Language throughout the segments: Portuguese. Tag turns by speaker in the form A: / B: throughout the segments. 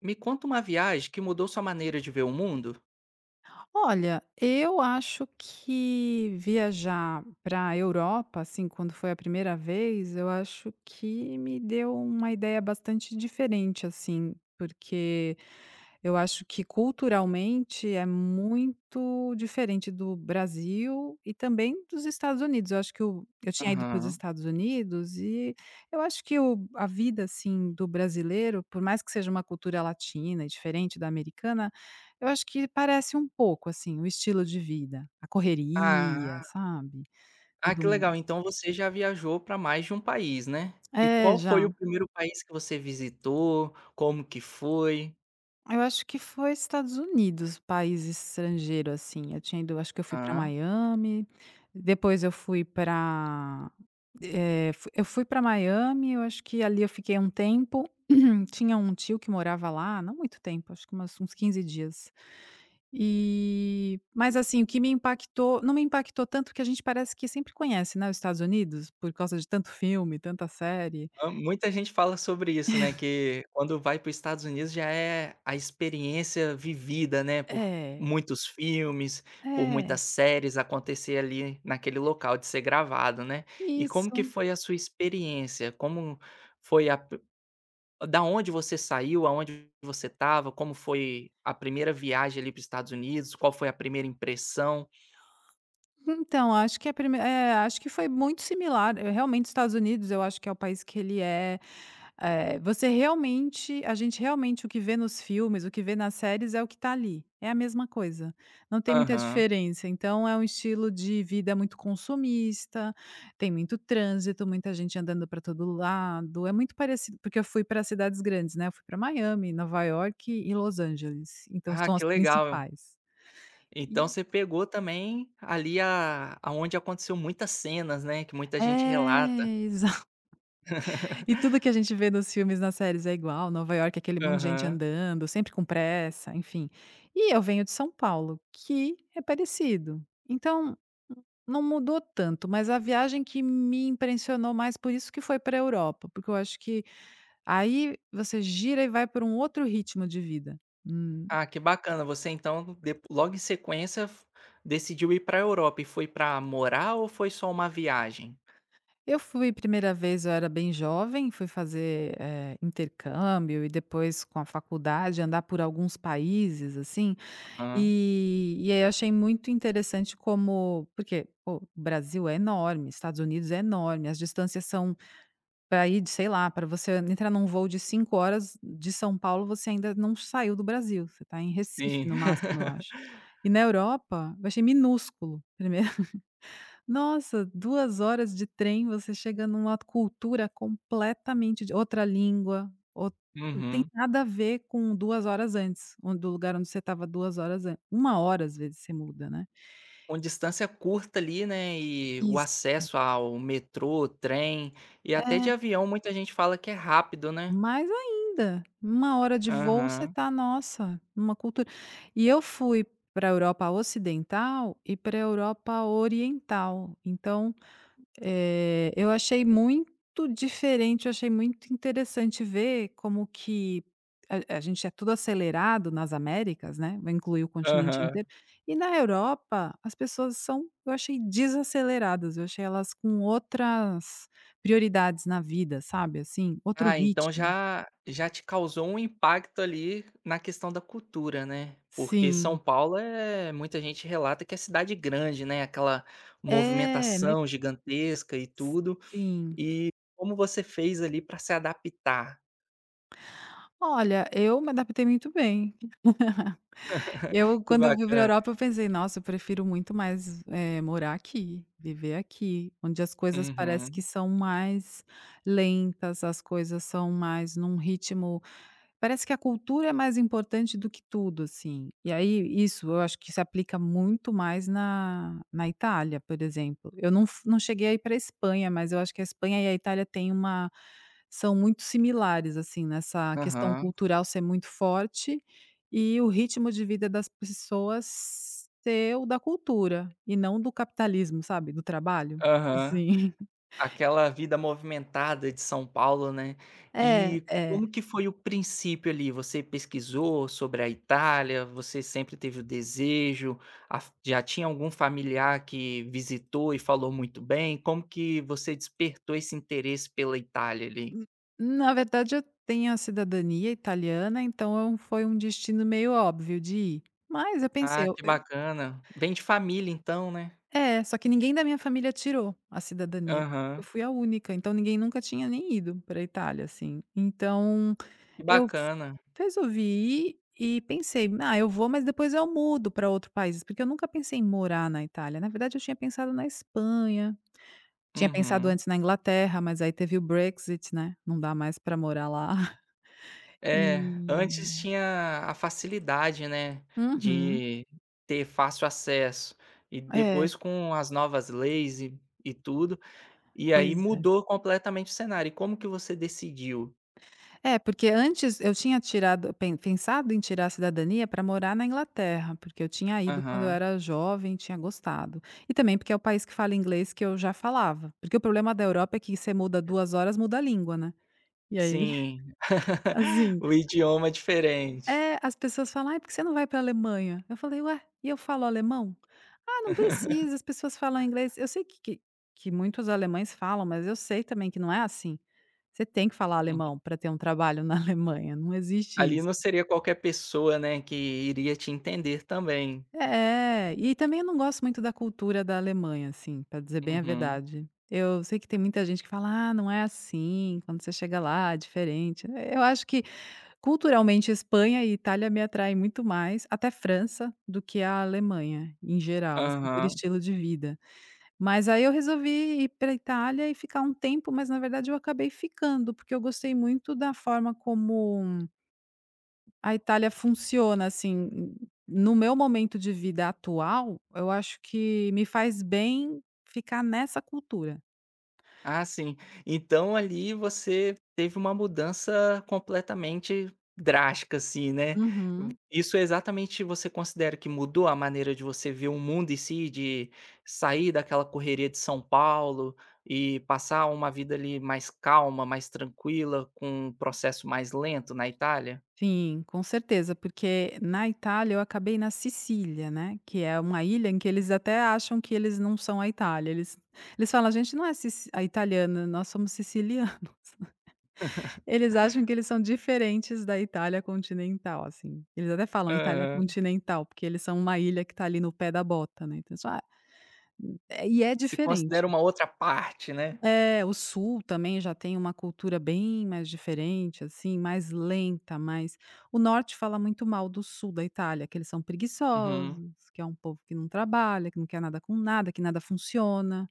A: Me conta uma viagem que mudou sua maneira de ver o mundo.
B: Olha, eu acho que viajar para a Europa, assim, quando foi a primeira vez, eu acho que me deu uma ideia bastante diferente, assim, porque eu acho que culturalmente é muito diferente do Brasil e também dos Estados Unidos. Eu acho que o eu tinha ido para os
A: Aham.
B: Estados Unidos, e eu acho que o a vida, assim, do brasileiro, por mais que seja uma cultura latina e diferente da americana, eu acho que parece um pouco, assim, o estilo de vida, a correria,
A: Ah,
B: sabe,
A: ah,
B: todo
A: que
B: mundo.
A: legal, então você já viajou para mais de um país, né. E
B: É,
A: qual foi
B: já.
A: o primeiro país que você visitou? Como que foi?
B: Eu acho que foi Estados Unidos, país estrangeiro, assim, eu tinha ido, acho que eu fui para
A: Hã.
B: Miami, depois eu fui para. Eu fui para Miami, eu acho que ali eu fiquei um tempo, tinha um tio que morava lá, não muito tempo, acho que umas uns 15 dias. E mas assim, o que me impactou não me impactou tanto, que a gente parece que sempre conhece, né, os Estados Unidos, por causa de tanto filme, tanta série.
A: Hã, muita gente fala sobre isso, né, que quando vai para os Estados Unidos já é a experiência vivida, né, por
B: É,
A: muitos filmes, por
B: é,
A: muitas séries acontecer ali naquele local de ser gravado, né. E como que
B: isso.
A: foi a sua experiência? Como foi a Da onde você saiu, aonde você estava, como foi a primeira viagem ali para os Estados Unidos, qual foi a primeira impressão?
B: Então, acho que é a prime é, acho que foi muito similar. Eu realmente, os Estados Unidos, eu acho que é o país que ele é você realmente a gente realmente o que vê nos filmes, o que vê nas séries é o que está ali, é a mesma coisa, não tem muita
A: Aham.
B: diferença. Então é um estilo de vida muito consumista, tem muito trânsito, muita gente andando para todo lado, é muito parecido porque eu fui para cidades grandes, né, eu fui para Miami, Nova York e Los Angeles, então
A: Ah,
B: são as
A: que legal.
B: principais. E
A: Então você pegou também ali a aonde aconteceu muitas cenas, né, que muita gente relata.
B: é, e tudo que a gente vê nos filmes, nas séries é igual, Nova Iorque, aquele monte de gente
A: Aham.
B: andando, sempre com pressa, enfim. E eu venho de São Paulo, que é parecido. Então, não mudou tanto, mas a viagem que me impressionou mais, por isso que foi para a Europa, porque eu acho que aí você gira e vai para um outro ritmo de vida. Hum.
A: Ah, que bacana. Você então dep logo em sequência f decidiu ir para a Europa e foi para morar ou foi só uma viagem?
B: Eu fui primeira vez, eu era bem jovem, fui fazer, intercâmbio e depois com a faculdade andar por alguns países, assim.
A: Aham,
B: E aí eu achei muito interessante como, porque, pô, o Brasil é enorme, Estados Unidos é enorme, as distâncias são para ir de sei lá, para você entrar num voo de 5 horas de São Paulo, você ainda não saiu do Brasil, você está em Recife
A: sim.
B: no máximo, eu acho. E na Europa, eu achei minúsculo, primeiro, nossa, 2 horas de trem, você chega numa cultura completamente de outra língua, out não tem
A: Uhum.
B: nada a ver com 2 horas antes, on do lugar onde você estava 2 horas an 1 hora, às vezes, você muda, né.
A: Com distância curta ali, né, e o
B: Isso.
A: acesso ao metrô, trem e até de
B: É,
A: avião muita gente fala que é rápido, né.
B: mais ainda, uma hora de voo você
A: Aham,
B: tá, nossa, numa cultura, e eu fui pra Europa ocidental e pra Europa oriental, então eu achei muito diferente, eu achei muito interessante ver como que a gente é tudo acelerado nas Américas, né, vai incluir o continente
A: aham.
B: inteiro, e na Europa as pessoas são, eu achei desaceleradas, eu achei elas com outras prioridades na vida, sabe, assim, outro
A: Ah, então
B: ritmo.
A: já te causou um impacto ali na questão da cultura, né. Porque
B: Sim.
A: São Paulo é muita gente relata que é cidade grande, né, aquela
B: É, me
A: movimentação gigantesca e tudo.
B: sim.
A: E como você fez ali para se adaptar?
B: Olha, eu me adaptei muito bem. Eu,
A: Que
B: quando eu fui pra
A: bacana.
B: Europa, eu pensei: "Nossa, eu prefiro muito mais, morar aqui, viver aqui", onde as coisas parece que
A: Uhum.
B: são mais lentas, as coisas são mais num ritmo. Parece que a cultura é mais importante do que tudo, assim. E aí, isso eu acho que se aplica muito mais na Itália, por exemplo. Eu não fu Não cheguei a ir para a Espanha, mas eu acho que a Espanha e a Itália têm uma, são muito similares, assim, nessa questão
A: Aham,
B: cultural ser muito forte, e o ritmo de vida das pessoas ser o da cultura e não do capitalismo, sabe, do trabalho,
A: aham.
B: assim.
A: Aquela vida movimentada de São Paulo, né.
B: É,
A: E
B: é.
A: como que foi o princípio ali? Você pesquisou sobre a Itália? Você sempre teve o desejo? A Já tinha algum familiar que visitou e falou muito bem? Como que você despertou esse interesse pela Itália ali?
B: N Na verdade, eu tenho a cidadania italiana, então é um- foi um destino meio óbvio de ir. Mas eu pensei,
A: Ah,
B: eu
A: que
B: eu
A: bacana. Vem de família então, né?
B: é, só que ninguém da minha família tirou a cidadania. Eu
A: Aham.
B: fui a única, então ninguém nunca tinha nem ido para a Itália, assim. Então
A: Que
B: eu f
A: bacana.
B: resolvi ir e pensei: "Ah, eu vou, mas depois eu mudo para outro país", porque eu nunca pensei em morar na Itália. Na verdade, eu tinha pensado na Espanha, tinha pensado
A: Uhum.
B: antes na Inglaterra, mas aí teve o Brexit, né, não dá mais para morar lá.
A: É, antes
B: E
A: tinha a facilidade, né,
B: uhum.
A: de ter fácil acesso e
B: É,
A: depois com as novas leis e tudo, e aí
B: pois é.
A: mudou completamente o cenário. E como que você decidiu?
B: É, porque antes eu tinha tirado pen pensado em tirar a cidadania para morar na Inglaterra, porque eu tinha ido quando eu
A: Aham,
B: era jovem, tinha gostado. E também porque é o país que fala inglês, que eu já falava, porque o problema da Europa é que você muda 2 horas, muda a língua, né. E aí,
A: sim,
B: assim,
A: o idioma é diferente.
B: é, as pessoas falam: "Ai, por que você não vai para a Alemanha?" Eu falei: "Ué, e eu falo alemão?" "Ah, não precisa, as pessoas falam inglês." Eu sei que que muitos alemães falam, mas eu sei também que não é assim. Você tem que falar
A: Uhum.
B: alemão para ter um trabalho na Alemanha, não existe
A: Ali
B: isso.
A: não seria qualquer pessoa, né, que iria te entender também.
B: É, e também eu não gosto muito da cultura da Alemanha, assim, para dizer bem a
A: Uhum,
B: verdade. Eu sei que tem muita gente que fala: "Ah, não é assim, quando você chega lá é diferente". Eu acho que culturalmente Espanha e Itália me atraem muito mais, até França, do que a Alemanha em geral, assim, por
A: aham.
B: estilo de vida. Mas aí eu resolvi ir para Itália e ficar um tempo, mas na verdade eu acabei ficando, porque eu gostei muito da forma como a Itália funciona, assim, no meu momento de vida atual, eu acho que me faz bem ficar nessa cultura.
A: Ah, sim. Então ali você teve uma mudança completamente drástica, assim, né.
B: Uhum.
A: Isso é exatamente você considera que mudou a maneira de você ver o mundo em si, de sair daquela correria de São Paulo e passar uma vida ali mais calma, mais tranquila, com um processo mais lento na Itália?
B: Sim, com certeza, porque na Itália eu acabei na Sicília, né, que é uma ilha em que eles até acham que eles não são a Itália, eles eles falam: "A gente não é sici a italiana, nós somos sicilianos". Eles acham que eles são diferentes da Itália continental, assim. Eles até falam Itália
A: Aham.
B: continental, porque eles são uma ilha que está ali no pé da bota, né, então eles falam: "Ah, é, e é
A: Se
B: diferente".
A: considera uma outra parte, né.
B: É, o sul também já tem uma cultura bem mais diferente, assim, mais lenta, mais, o norte fala muito mal do sul da Itália, que eles são
A: Uhum.
B: preguiçosos, que é um povo que não trabalha, que não quer nada com nada, que nada funciona.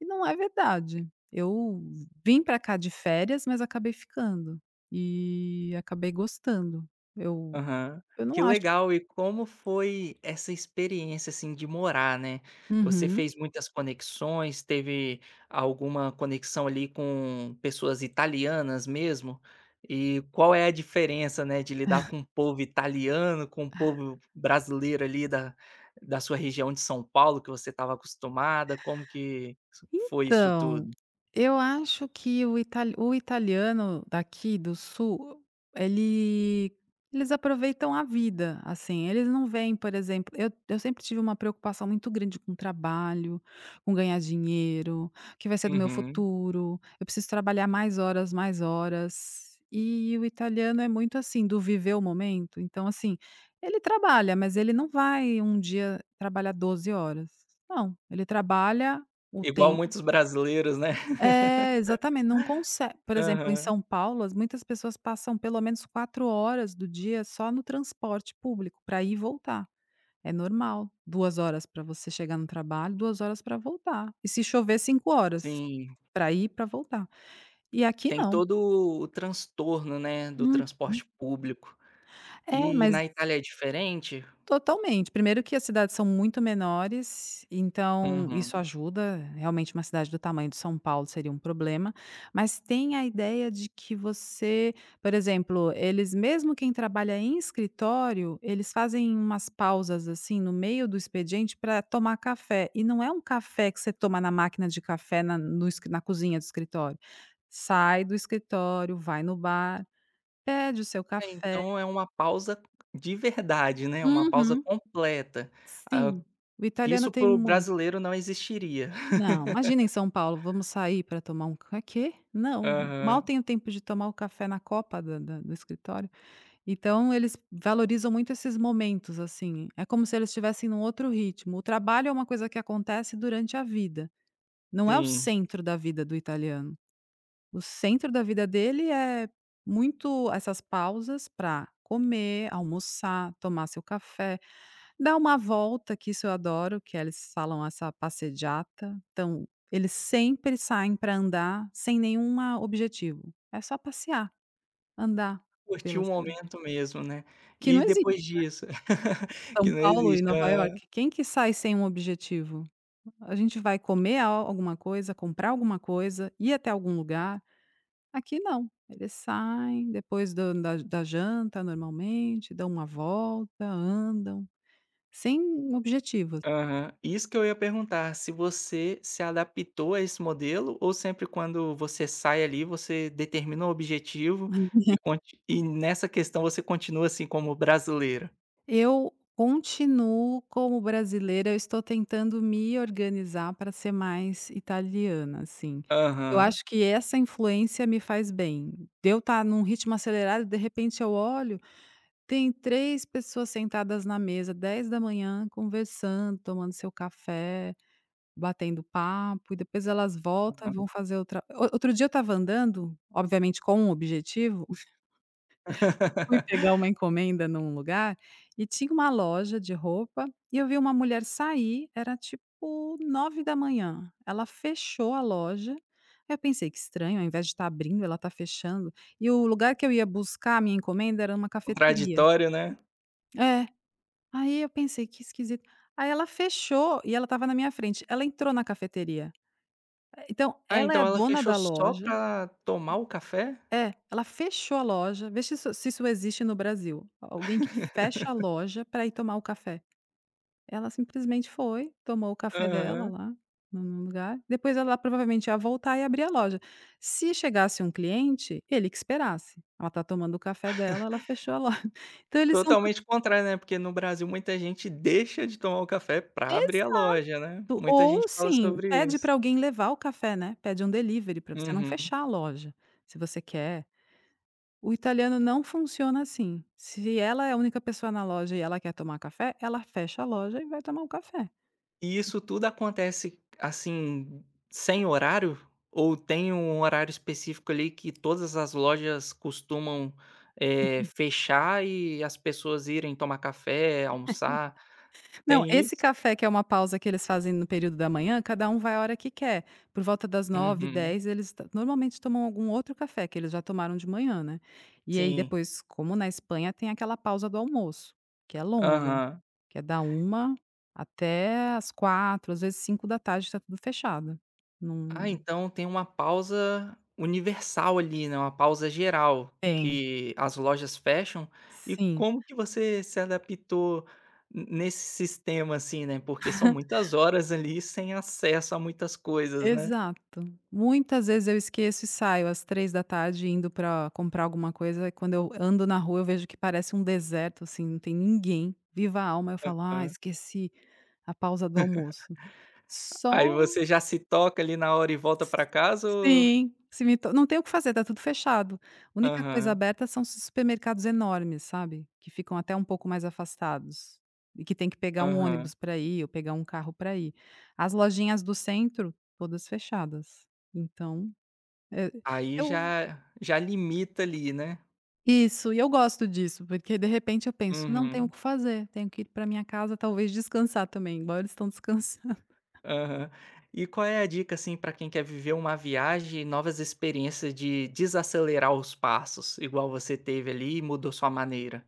B: E não é verdade. Eu vim para cá de férias, mas acabei ficando e acabei gostando. Eu
A: Aham.
B: eu não
A: Que
B: acho
A: legal. E como foi essa experiência, assim, de morar, né? Você
B: uhum.
A: fez muitas conexões, teve alguma conexão ali com pessoas italianas mesmo? E qual é a diferença, né, de lidar com o povo italiano, com o povo brasileiro ali da sua região de São Paulo, que você estava acostumada? Como que foi isso
B: Então,
A: tudo?
B: eu acho que o italiano daqui do sul, ele, eles aproveitam a vida, assim, eles não veem, por exemplo, eu sempre tive uma preocupação muito grande com trabalho, com ganhar dinheiro, o que vai ser do meu
A: Uhum.
B: futuro, eu preciso trabalhar mais horas, mais horas. E o italiano é muito assim, do viver o momento, então assim, ele trabalha, mas ele não vai um dia trabalhar 12 horas. Não, ele trabalha o
A: Igual
B: tempo.
A: muitos brasileiros, né?
B: É, exatamente, não consegue, por exemplo, em
A: Aham.
B: São Paulo, as muitas pessoas passam pelo menos 4 horas do dia só no transporte público para ir e voltar. É normal, 2 horas para você chegar no trabalho, 2 horas para voltar. E se chover, 5 horas
A: Sim.
B: para ir e pra voltar. E aqui
A: Tem
B: não.
A: todo o transtorno, né, do
B: Uhum.
A: transporte público.
B: É,
A: E
B: mas
A: na Itália é diferente?
B: totalmente. Primeiro que as cidades são muito menores, então isso
A: Uhum.
B: ajuda. Realmente, uma cidade do tamanho de São Paulo seria um problema. Mas tem a ideia de que você, por exemplo, eles, mesmo quem trabalha em escritório, eles fazem umas pausas assim no meio do expediente para tomar café. E não é um café que você toma na máquina de café na, no escri- na cozinha do escritório. Sai do escritório, vai no bar, pede o seu
A: É,
B: café.
A: então é uma pausa de verdade, né, uma pausa
B: Uhum,
A: completa. Ah,
B: sim. O italiano
A: isso
B: tem
A: para o
B: muito.
A: brasileiro não existiria.
B: Não, imagina em São Paulo, vamos sair para tomar um ca quê? Não, mal
A: Aham,
B: tenho tempo de tomar o café na copa da da do escritório. Então eles valorizam muito esses momentos, assim, é como se eles estivessem num outro ritmo. O trabalho é uma coisa que acontece durante a vida, não é o
A: sim.
B: centro da vida do italiano. O centro da vida dele é muito essas pausas para comer, almoçar, tomar seu café. Dá uma volta, que isso eu adoro, que eles falam essa passeggiata. Então, eles sempre saem para andar sem nenhum objetivo. É só passear, andar
A: Curtir
B: pela
A: o
B: cidade.
A: momento mesmo, né.
B: Que não
A: E
B: existe
A: depois disso?
B: em São
A: Que não
B: Paulo e
A: existe.
B: Nova York. Quem que sai sem um objetivo? A gente vai comer al alguma coisa, comprar alguma coisa, ir até algum lugar. Aqui não, eles saem depois do da da janta normalmente, dão uma volta, andam, sem objetivos.
A: Aham. Isso que eu ia perguntar, se você se adaptou a esse modelo ou sempre quando você sai ali, você determina um objetivo e conti e nessa questão você continua assim como brasileira?
B: Eu continuo como brasileira, eu estou tentando me organizar para ser mais italiana, assim. Eu
A: Aham,
B: acho que essa influência me faz bem. De eu estar num ritmo acelerado, de repente eu olho, tem 3 pessoas sentadas na mesa, dez da manhã, conversando, tomando seu café, batendo papo, e depois elas voltam e vão
A: aham.
B: fazer outra o outro dia eu estava andando, obviamente com um objetivo, fui pegar uma encomenda num lugar, e tinha uma loja de roupa, e eu vi uma mulher sair, era tipo nove da manhã. Ela fechou a loja, aí eu pensei: "Que estranho, ao invés de estar abrindo, ela está fechando". E o lugar que eu ia buscar a minha encomenda era uma cafeteria.
A: Contraditório, né.
B: É. Aí eu pensei: "Que esquisito". Aí ela fechou e ela estava na minha frente. Ela entrou na cafeteria. Então
A: Ah,
B: ela é a
A: então ela
B: dona
A: fechou
B: da
A: só
B: loja.
A: pra tomar o café?
B: É, ela fechou a loja, vê se isso existe no Brasil, alguém que fecha a loja para ir tomar o café. Ela simplesmente foi, tomou o café dela
A: Aham.
B: lá, no lugar, depois ela provavelmente ia voltar e abrir a loja. Se chegasse um cliente, ele que esperasse. Ela tá tomando o café dela, ela fechou a loja. Então eles são tudo
A: Totalmente contrário, né, porque no Brasil muita gente deixa de tomar o café pra abrir a
B: exato,
A: loja, né. Muita gente
B: ou
A: fala
B: sim,
A: sobre
B: pede
A: isso.
B: para alguém levar o café, né, pede um delivery para você não
A: Uhum.
B: fechar a loja, se você quer. O italiano não funciona assim. Se ela é a única pessoa na loja e ela quer tomar café, ela fecha a loja e vai tomar um café.
A: E isso tudo acontece, assim, sem horário? Ou tem um horário específico ali que todas as lojas costumam, fechar e as pessoas irem tomar café, almoçar?
B: Não,
A: Tem
B: esse
A: isso?
B: café que é uma pausa que eles fazem no período da manhã, cada um vai a hora que quer. Por volta das nove,
A: Uhum.
B: dez, eles t normalmente tomam algum outro café, que eles já tomaram de manhã, né. E aí
A: Sim.
B: depois, como na Espanha, tem aquela pausa do almoço, que é longa,
A: Aham.
B: que é da uma até as quatro, às vezes cinco da tarde está tudo fechado.
A: Ah,
B: Não
A: então tem uma pausa universal ali, né, uma pausa geral,
B: tem.
A: que as lojas fecham. E
B: Sim.
A: como que você se adaptou n nesse sistema, assim, né, porque são muitas horas ali sem acesso a muitas coisas, né.
B: Exato. Muitas vezes eu esqueço e saio às três da tarde indo para comprar alguma coisa, e quando eu ando na rua eu vejo que parece um deserto, assim, não tem ninguém, viva a alma, eu falo: "Ah,
A: Hã.
B: esqueci a pausa do almoço". Só
A: Aí você já se toca ali na hora e volta pra casa ou
B: sim, cimentou, não tem o que fazer, tá tudo fechado. A única coisa
A: aham,
B: aberta são esses supermercados enormes, sabe, que ficam até um pouco mais afastados, e que tem que pegar um
A: aham.
B: ônibus para ir ou pegar um carro para ir. As lojinhas do centro, todas fechadas. Então, eh,
A: Aí
B: eu
A: já limita ali, né.
B: isso, e eu gosto disso, porque de repente eu penso: "Não tenho o
A: Uhum.
B: que fazer, tenho que ir para minha casa, talvez descansar também", igual eles estão descansando.
A: Aham. E qual é a dica, assim, para quem quer viver uma viagem e novas experiências de desacelerar os passos, igual você teve ali e mudou sua maneira?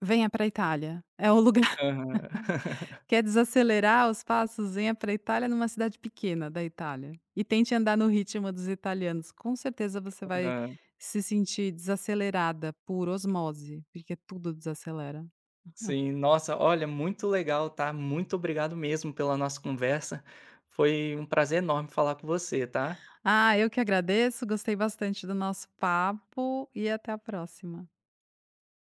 B: Venha pra Itália, é o lugar.
A: Aham.
B: Quer desacelerar os passos? Venha para a Itália, numa cidade pequena da Itália, e tente andar no ritmo dos italianos. Com certeza você vai
A: Aham.
B: se sentir desacelerada por osmose, porque tudo desacelera.
A: Sim, nossa, olha, muito legal, tá? Muito obrigado mesmo pela nossa conversa. Foi um prazer enorme falar com você, tá?
B: Ah, eu que agradeço, gostei bastante do nosso papo e até a próxima.